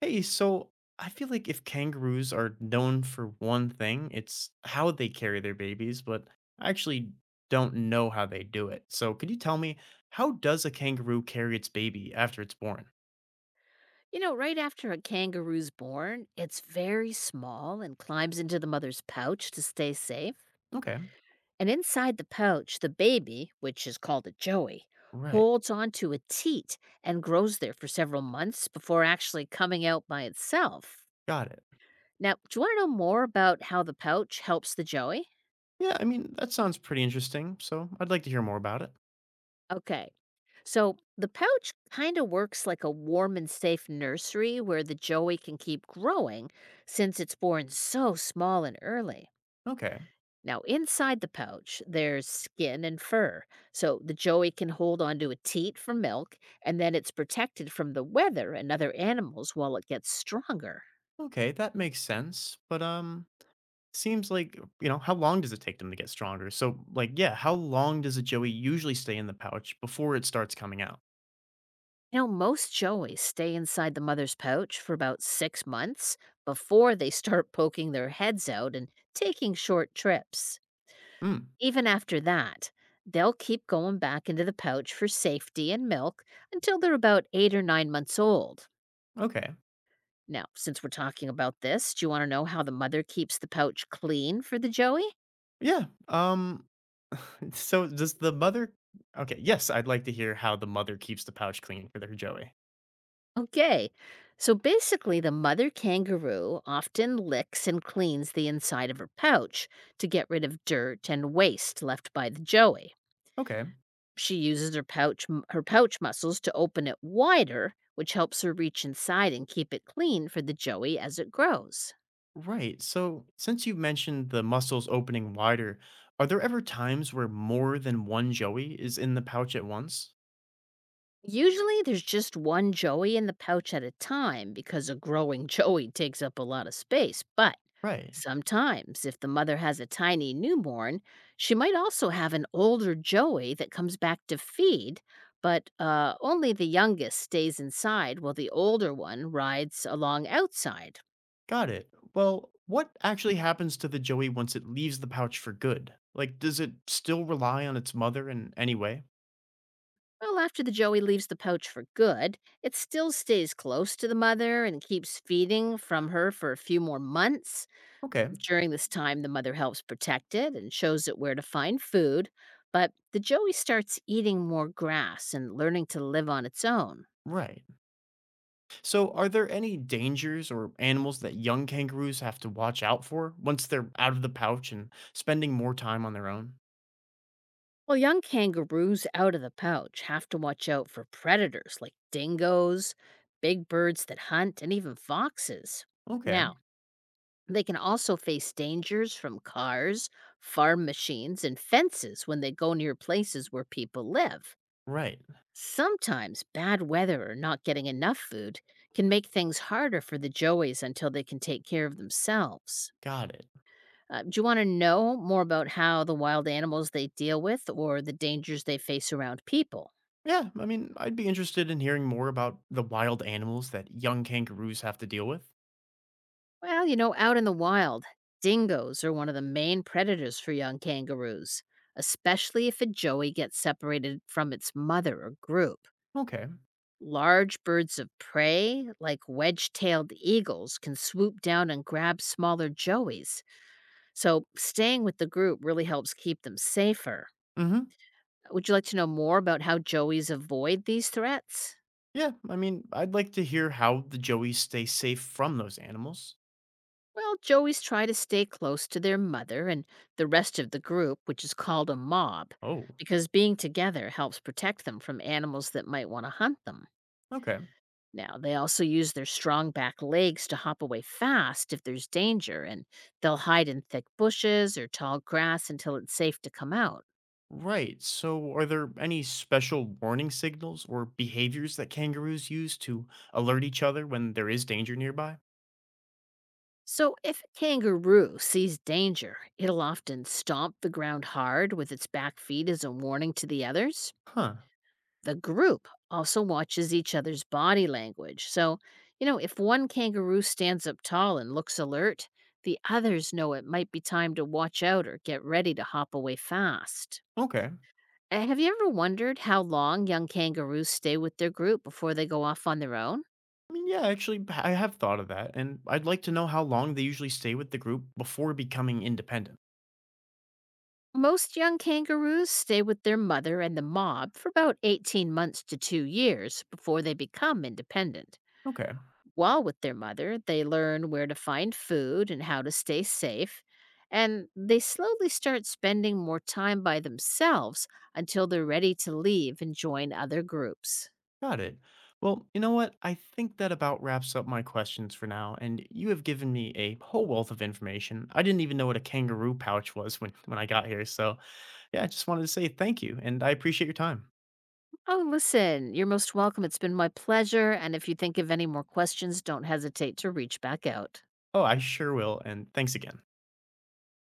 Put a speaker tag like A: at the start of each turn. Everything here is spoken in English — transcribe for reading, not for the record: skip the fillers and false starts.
A: Hey, so I feel like if kangaroos are known for one thing, it's how they carry their babies, but I actually don't know how they do it. So could you tell me, how does a kangaroo carry its baby after it's born?
B: You know, right after a kangaroo's born, it's very small and climbs into the mother's pouch to stay safe.
A: Okay,
B: And inside the pouch, the baby, which is called a joey,
A: right.
B: holds onto a teat and grows there for several months before actually coming out by itself.
A: Got it.
B: Now, do you want to know more about how the pouch helps the joey?
A: Yeah, I mean, that sounds pretty interesting, so I'd like to hear more about it.
B: Okay. So, the pouch kind of works like a warm and safe nursery where the joey can keep growing since it's born so small and early.
A: Okay.
B: Now, inside the pouch, there's skin and fur, so the joey can hold onto a teat for milk, and then it's protected from the weather and other animals while it gets stronger.
A: Okay, that makes sense, but seems like, how long does it take them to get stronger? So like, yeah, how long does a joey usually stay in the pouch before it starts coming out?
B: You know, most joeys stay inside the mother's pouch for about 6 months before they start poking their heads out and taking short trips.
A: Hmm.
B: Even after that, they'll keep going back into the pouch for safety and milk until they're about 8 or 9 months old.
A: Okay.
B: Now, since we're talking about this, do you want to know how the mother keeps the pouch clean for the joey?
A: Yeah. So does the mother Okay, yes, I'd like to hear how the mother keeps the pouch clean for their Joey.
B: Okay. So basically, the mother kangaroo often licks and cleans the inside of her pouch to get rid of dirt and waste left by the joey.
A: Okay.
B: She uses her pouch muscles to open it wider, which helps her reach inside and keep it clean for the joey as it grows.
A: Right. So since you mentioned the muscles opening wider, are there ever times where more than one Joey is in the pouch at once?
B: Usually, there's just one joey in the pouch at a time because a growing joey takes up a lot of space, but
A: Right.
B: sometimes, if the mother has a tiny newborn, she might also have an older joey that comes back to feed, but only the youngest stays inside while the older one rides along outside.
A: Got it. Well, what actually happens to the Joey once it leaves the pouch for good? Like, does it still rely on its mother in any way?
B: Well, after the joey leaves the pouch for good, it still stays close to the mother and keeps feeding from her for a few more months.
A: Okay.
B: During this time, the mother helps protect it and shows it where to find food, but the joey starts eating more grass and learning to live on its own.
A: Right. So, are there any dangers or animals that young kangaroos have to watch out for once they're out of the pouch and spending more time on their own?
B: Well, young kangaroos out of the pouch have to watch out for predators like dingoes, big birds that hunt, and even foxes.
A: Okay,
B: Now, they can also face dangers from cars, farm machines, and fences when they go near places where people live.
A: right.
B: Sometimes bad weather or not getting enough food can make things harder for the joeys until they can take care of themselves.
A: Got it.
B: Do you want to know more about how the wild animals they deal with or the dangers they face around people?
A: Yeah, I mean, I'd be interested in hearing more about the wild animals that young kangaroos have to deal with.
B: Well, out in the wild, dingoes are one of the main predators for young kangaroos, especially if a joey gets separated from its mother or group.
A: Okay.
B: Large birds of prey, like wedge tailed eagles, can swoop down and grab smaller joeys. So, staying with the group really helps keep them safer.
A: Mm-hmm.
B: Would you like to know more about how joeys avoid these threats?
A: Yeah, I mean, I'd like to hear how the joeys stay safe from those animals.
B: Well, joeys try to stay close to their mother and the rest of the group, which is called a mob,
A: Oh,
B: because being together helps protect them from animals that might want to hunt them.
A: okay.
B: Now, they also use their strong back legs to hop away fast if there's danger, and they'll hide in thick bushes or tall grass until it's safe to come out.
A: Right. So, are there any special warning signals or behaviors that kangaroos use to alert each other when there is danger nearby?
B: So, if a kangaroo sees danger, it'll often stomp the ground hard with its back feet as a warning to the others.
A: Huh.
B: The group also watches each other's body language. So, if one kangaroo stands up tall and looks alert, the others know it might be time to watch out or get ready to hop away fast.
A: Okay.
B: Have you ever wondered how long young kangaroos stay with their group before they go off on their own?
A: I mean, yeah, actually, I have thought of that, and I'd like to know how long they usually stay with the group before becoming independent.
B: Most young kangaroos stay with their mother and the mob for about 18 months to 2 years before they become independent.
A: Okay,
B: While with their mother, they learn where to find food and how to stay safe, and they slowly start spending more time by themselves until they're ready to leave and join other groups.
A: got it. Well, you know what? I think that about wraps up my questions for now, and you have given me a whole wealth of information. I didn't even know what a kangaroo pouch was when I got here, so yeah, I just wanted to say thank you, and I appreciate your time.
B: Oh, listen, you're most welcome. It's been my pleasure. And if you think of any more questions, don't hesitate to reach back out.
A: Oh, I sure will, and thanks again.